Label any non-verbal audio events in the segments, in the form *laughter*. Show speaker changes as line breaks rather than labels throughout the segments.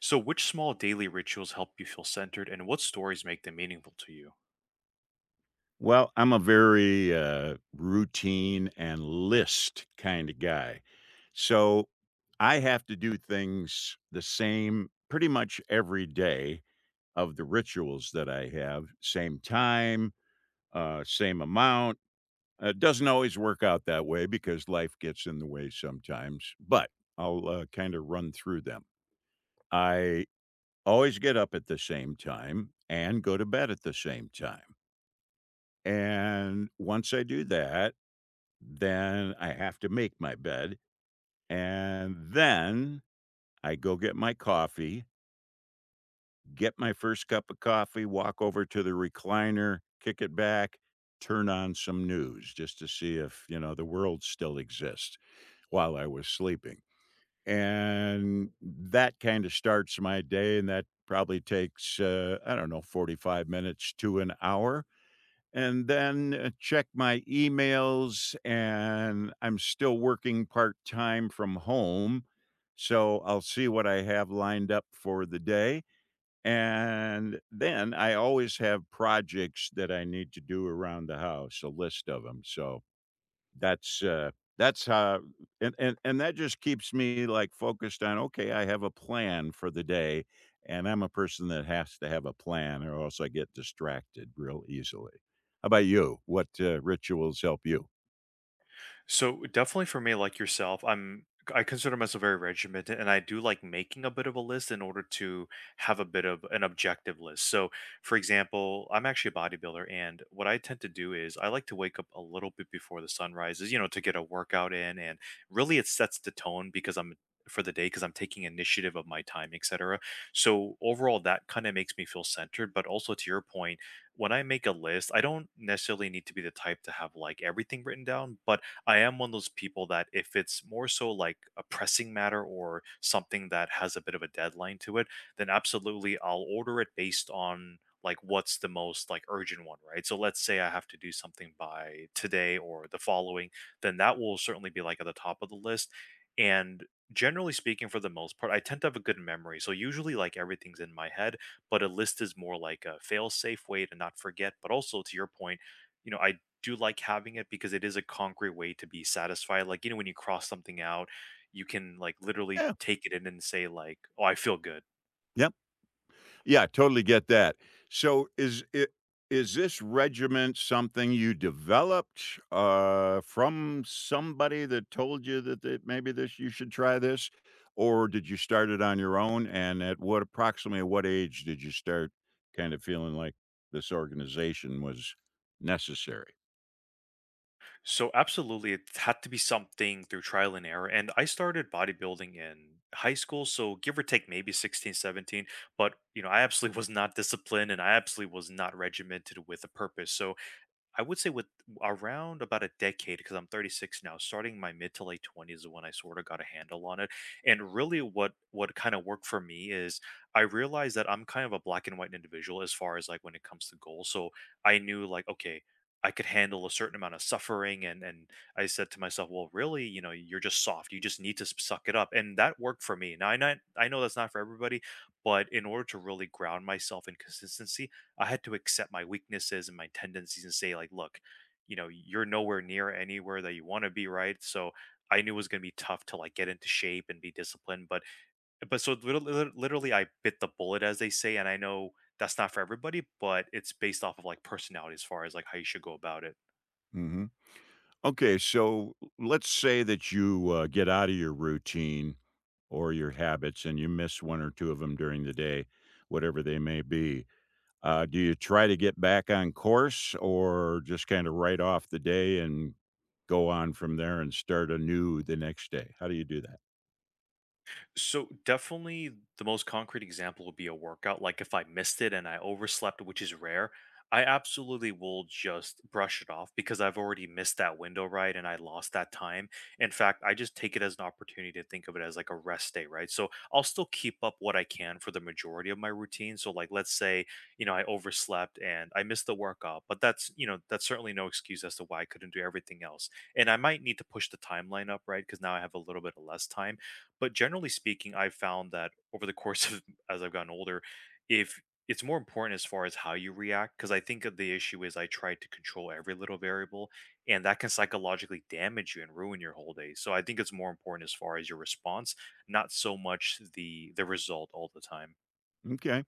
So, which small daily rituals help you feel centered, and what stories make them meaningful to you?
Well, I'm a very routine and list kind of guy. So I have to do things the same pretty much every day of the rituals that I have, same time, same amount. It doesn't always work out that way because life gets in the way sometimes, but I'll kind of run through them. I always get up at the same time and go to bed at the same time. And once I do that, then I have to make my bed, and then I go get my coffee, get my first cup of coffee, walk over to the recliner, kick it back, turn on some news just to see if, you know, the world still exists while I was sleeping. And that kinda starts my day, and that probably takes, I don't know, 45 minutes to an hour. And then check my emails, and I'm still working part-time from home. So I'll see what I have lined up for the day. And then I always have projects that I need to do around the house, a list of them. So that's, uh that's how and that just keeps me, like, focused on, "Okay, I have a plan for the day," and I'm a person that has to have a plan or else I get distracted real easily. How about you? What, rituals help you?
So definitely for me, like yourself, I consider myself very regimented, and I do like making a bit of a list in order to have a bit of an objective list. So, for example, I'm actually a bodybuilder, and what I tend to do is I like to wake up a little bit before the sun rises, you know, to get a workout in, and really it sets the tone because I'm for the day because I'm taking initiative of my time, etc. So overall, that kind of makes me feel centered. But also to your point, when I make a list, I don't necessarily need to be the type to have like everything written down, but I am one of those people that if it's more so like a pressing matter or something that has a bit of a deadline to it, then absolutely I'll order it based on like what's the most like urgent one, right? So let's say I have to do something by today or the following, then that will certainly be like at the top of the list. And generally speaking, for the most part, I tend to have a good memory. So usually like everything's in my head, but a list is more like a fail safe way to not forget. But also to your point, you know, I do like having it because it is a concrete way to be satisfied. Like, you know, when you cross something out, you can like literally
Yeah.
take it in and say, like, oh, I feel good.
Yeah. Yeah, totally get that. So is this regiment something you developed from somebody that told you that, that maybe this you should try this, or did you start it on your own? And at what approximately at what age did you start kind of feeling like this organization was necessary?
So absolutely it had to be something through trial and error. And I started bodybuilding in high school. So give or take maybe 16, 17. But you know, I absolutely *laughs* was not disciplined and I absolutely was not regimented with a purpose. So I would say with around about a decade, because I'm 36 now, starting my mid to late 20s is when I sort of got a handle on it. And really, what kind of worked for me is I realized that I'm kind of a black and white individual as far as like when it comes to goals. So I knew like, okay, I could handle a certain amount of suffering, and I said to myself, well, really, you know, you're just soft. You just need to suck it up, and that worked for me. Now I know that's not for everybody, but in order to really ground myself in consistency. I had to accept my weaknesses and my tendencies and say, like, look, you know, you're nowhere near anywhere that you want to be, right? So I knew it was going to be tough to like get into shape and be disciplined, but so literally, I bit the bullet, as they say, and I know that's not for everybody, but it's based off of like personality as far as like how you should go about it.
Okay, so let's say that you get out of your routine or your habits and you miss one or two of them during the day, whatever they may be. Do you try to get back on course or just kind of write off the day and go on from there and start anew the next day? How do you do that?
So definitely the most concrete example would be a workout. Like if I missed it and I overslept, which is rare, I absolutely will just brush it off because I've already missed that window, right? And I lost that time. In fact, I just take it as an opportunity to think of it as like a rest day, right? So I'll still keep up what I can for the majority of my routine. So like let's say, you know, I overslept and I missed the workout, but that's, you know, that's certainly no excuse as to why I couldn't do everything else. And I might need to push the timeline up, right? Because now I have a little bit of less time, but generally speaking, I've found that over the course of, *laughs* as I've gotten older, if it's more important as far as how you react, because I think of the issue is I try to control every little variable, and that can psychologically damage you and ruin your whole day. So I think it's more important as far as your response, not so much the result all the time.
Okay.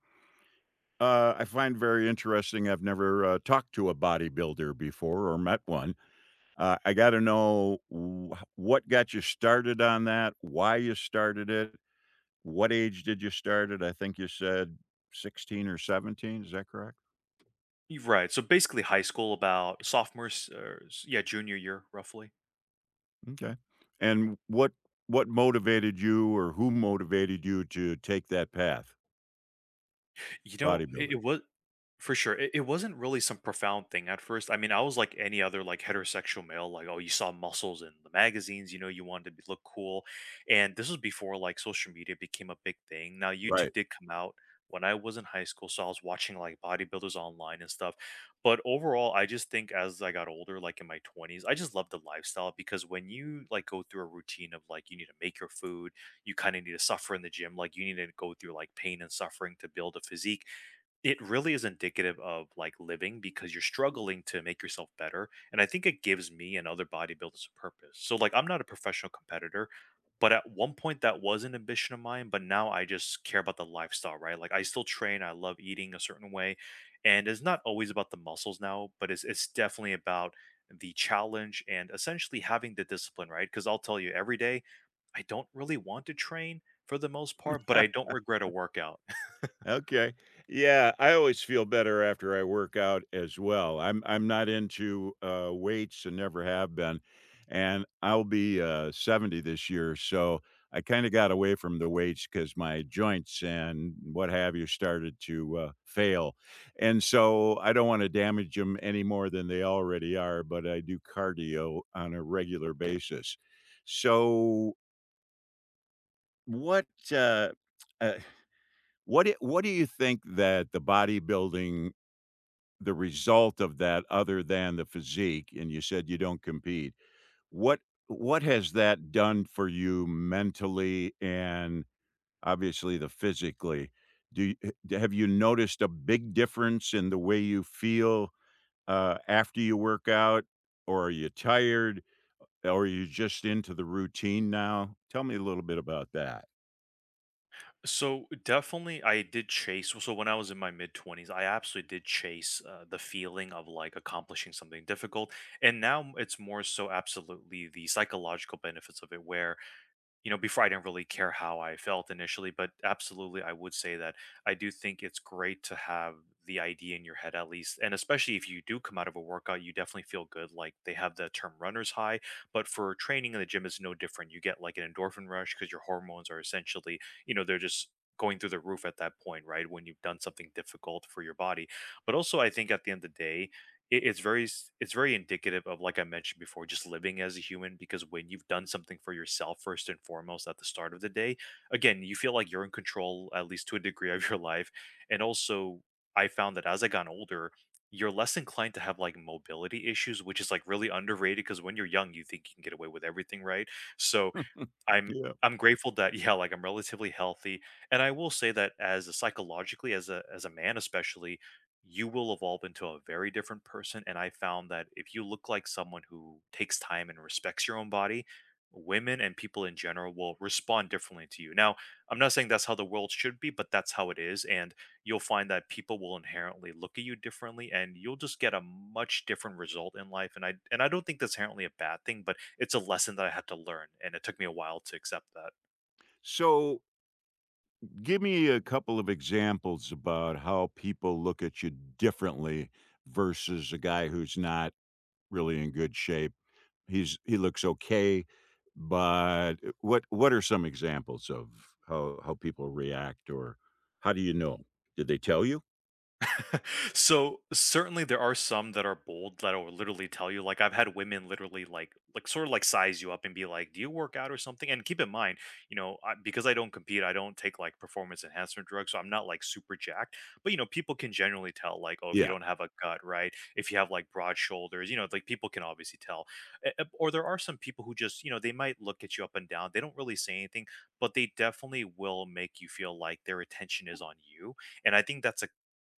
I find very interesting. I've never talked to a bodybuilder before or met one. I got to know what got you started on that, why you started it, what age did you start it? I think you said 16 or 17, is that correct?
You're right. So basically, high school about sophomore, yeah, junior year roughly.
Okay. And what motivated you or who motivated you to take that path?
You know, it,
Bodybuilding.
it was for sure. It wasn't really some profound thing at first. I mean, I was like any other like heterosexual male, like, oh, you saw muscles in the magazines, you know, you wanted to be, look cool. And this was before like social media became a big thing. Now, YouTube
Right.
did come out when I was in high school. So I was watching like bodybuilders online and stuff. But overall, I just think as I got older, like in my 20s, I just loved the lifestyle because when you like go through a routine of like you need to make your food, you kind of need to suffer in the gym. Like you need to go through like pain and suffering to build a physique. It really is indicative of, like, living because you're struggling to make yourself better, and I think it gives me and other bodybuilders a purpose. So, like, I'm not a professional competitor, but at one point, that was an ambition of mine, but now I just care about the lifestyle, right? Like, I still train, I love eating a certain way, and it's not always about the muscles now, but it's definitely about the challenge and essentially having the discipline, right? Because 'Cause I'll tell you every day, I don't really want to train for the most part, but
*laughs*
I don't regret a workout.
Okay. Yeah, I always feel better after I work out as well. I'm not into, weights and never have been, and I'll be, 70 this year, so I kinda got away from the weights because my joints and what have you started to, fail, and so I don't wanna damage them any more than they already are, but I do cardio on a regular basis. So what, uh what do you think that the result of that other than the physique, and you said you don't compete, what what has that done for you mentally and obviously the physically? Do you have you noticed a big difference in the way you feel, after you work out, or are you tired, or are you just into the routine now? Tell me a little bit about that.
So definitely, I did chase. So when I was in my mid twenties, I absolutely did chase the feeling of like accomplishing something difficult. And now it's more so absolutely the psychological benefits of it, where you know, before I didn't really care how I felt initially, but absolutely, I would say that I do think it's great to have the idea in your head at least. And especially if you do come out of a workout, you definitely feel good. Like they have the term runner's high, but for training in the gym, it's no different. You get like an endorphin rush because your hormones are essentially, you know, they're just going through the roof at that point, right? When you've done something difficult for your body. But also, I think at the end of the day, it's very it's very indicative of, like, I mentioned before, just living as a human because when you've done something for yourself first and foremost at the start of the day, again, you feel like you're in control at least to a degree of your *laughs* life. And also, I found that as I got older, you're less inclined to have like mobility issues, which is like really underrated, because when you're young you think you can get away with everything, right? So
*laughs*
I'm
Yeah.
I'm grateful that, *laughs* yeah, like I'm relatively healthy, and I will say that as a psychologically, as a man especially, you will evolve into a very different person. And I found that if you look like someone who takes time and respects your own body, women and people in general will respond differently to you. Now, I'm not saying that's how the world should be, but that's how it is, and you'll find that people will inherently look at you differently and you'll just get a much different result in life. And I don't think that's inherently a bad thing, but it's a lesson that I had to learn and it took me a while to accept that.
So Give me a couple of examples about how people look at you differently versus a guy who's not really in good shape. He looks okay, but what are some examples of how people react or how do you know? Did they tell you?
*laughs* So certainly there are some that are bold that will literally tell you. Like, I've had women literally, like sort of like size you up and be like, "Do you work out or something?" And keep in mind, you know, because I don't compete, I don't take like performance enhancement drugs, so I'm not like super jacked, but you know people can generally tell. Like, oh, if you
Yeah.
don't have a gut, right, if you have like broad shoulders, you know, like people can obviously tell. Or there are some people who just, you know, they might look at you up and down, they don't really say anything, but they definitely will make you feel like their attention is on you. And I think that's a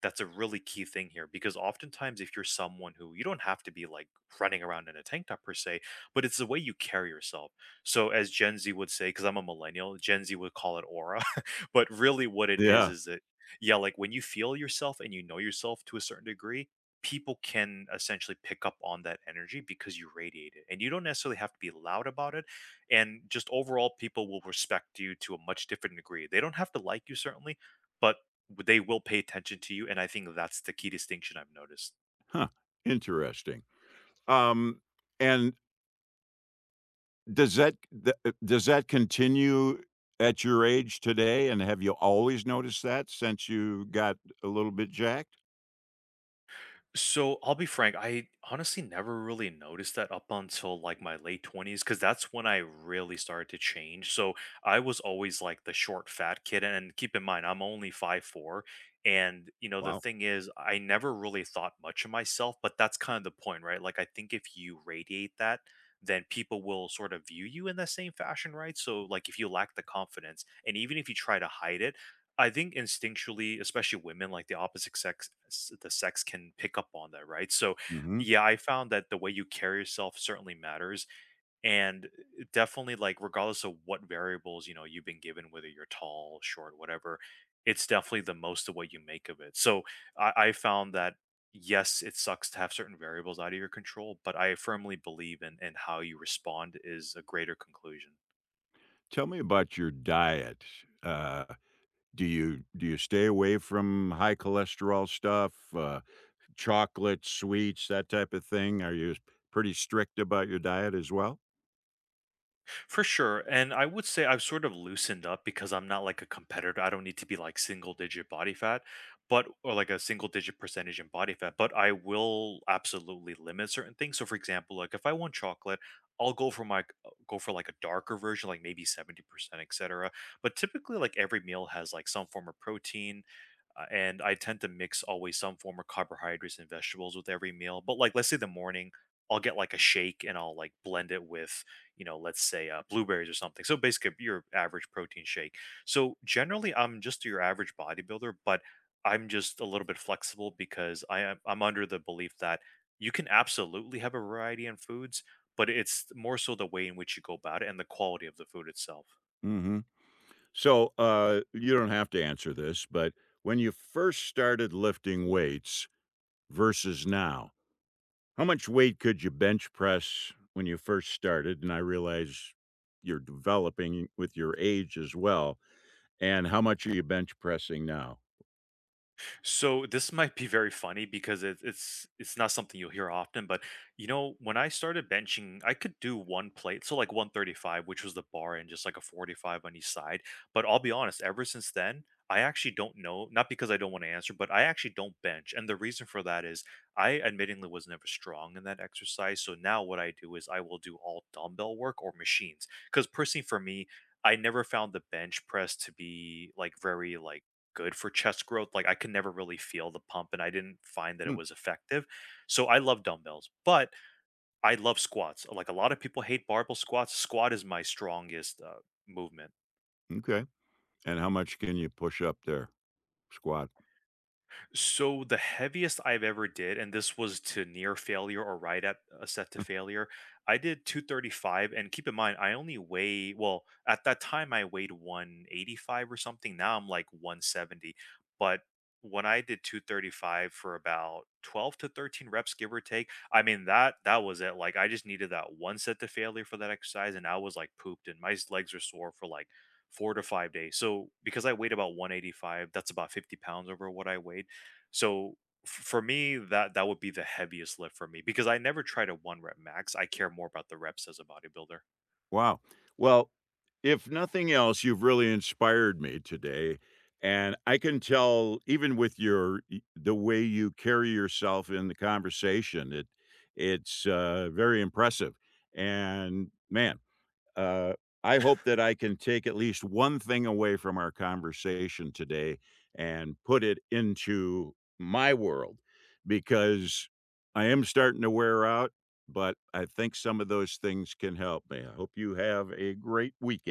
that's a really key thing here, because oftentimes, if you're someone who, you don't have to be like running around in a tank top per se, but it's the way you carry yourself. So, as Gen Z would say, because I'm a millennial, Gen Z would call it aura, *laughs* but really what it is
Yeah.
is that, yeah, like when you feel yourself and you know yourself to a certain degree, people can essentially pick up on that energy because you radiate it and you don't necessarily have to be loud about it. And just overall, people will respect you to a much different degree. They don't have to like you, certainly, but they will pay attention to you, and I think that's the key distinction I've noticed.
Huh. Interesting. Um and does that does that continue at your age today, and have you always noticed that since you got a little bit jacked?
So, I'll be frank, I honestly never really noticed that up until, like, my late 20s, because that's when I really started to change. So I was always, like, the short, fat kid, and keep in mind, I'm only 5'4". And, you know, the
Wow.
thing is, I never really thought much of myself, but that's kind of the point, right? Like, I think if you radiate that, then people will sort of view you in the same fashion, right? So, like, if you lack the confidence, and even if you try to hide it, I think instinctually, especially women, like the opposite sex, the sex can pick up on that, right? So,
Mhm.
yeah, I found that the way you carry yourself certainly matters, and definitely, like, regardless of what variables you know you've been given, whether you're tall, short, whatever, it's definitely the most of what you make of it. So, I found that yes, it sucks to have certain variables out of your control, but I firmly believe in how you respond is a greater conclusion.
Tell me about your diet. Uh, do you stay away from high cholesterol stuff, chocolate, sweets, that type of thing? Are you pretty strict about your diet as well?
For sure. And I would say I've sort of loosened up because I'm not like a competitor. I don't need to be like single digit body fat, but or like a single digit percentage in body fat, but I will absolutely limit certain things. So for example, like if I want chocolate, I'll go for my go for like a darker version, like maybe 70%, etc. But typically, like, every meal has like some form of protein, and I tend to mix always some form of carbohydrates and vegetables with every meal. But like, let's say the morning, I'll get like a shake and I'll like blend it with, you know, let's say blueberries or something. So basically, your average protein shake. So generally, I'm just your average bodybuilder, but I'm just a little bit flexible because I'm under the belief that you can absolutely have a variety in foods, but it's more so the way in which you go about it and the quality of the food itself.
Mhm. So, you don't have to answer this, but when you first started lifting weights versus now, how much weight could you bench press when you first started? And I realize you're developing with your age as well. And how much are you bench pressing now?
So this might be very funny because it's not something you'll hear often, but you know, when I started benching, I could do one plate, so like 135, which was the bar, and just like a 45 on each side. But I'll be honest, ever since then, I actually don't know, not because I don't want to answer, but I actually don't bench. And the reason for that is I admittingly was never strong in that exercise. So now what I do is I will do all dumbbell work or machines. Because personally for me, I never found the bench press to be like very like good for chest growth. Like I could never really feel the pump and I didn't find that it
Hmm,
was effective. So I love dumbbells, but I love squats. Like a lot of people hate barbell squats. Squat is my strongest movement.
m'kay. And how much can you push up there? Squat?
So the heaviest I've ever did, and this was to near failure or right at a set to failure, I did 235. And keep in mind, I only weigh, well, at that time I weighed 185 or something. Now I'm like 170. But when I did 235 for about 12 to 13 reps, give or take, I mean that was it. Like I just needed that one set to failure for that exercise, and I was like pooped, and my legs are sore for like 4 to 5 days. So because I weighed about 185, that's about 50 lbs over what I weighed. So for me, that would be the heaviest lift for me because I never try to one rep max. I care more about the reps as a bodybuilder.
Wow. Well, if nothing else, you've really inspired me today, and I can tell even with your y the way you carry yourself in the conversation, it it's, very impressive, and man uh, I hope that I can take at least one thing away from our conversation today and put it into my world because I am starting to wear out, but I think some of those things can help me. I hope you have a great week.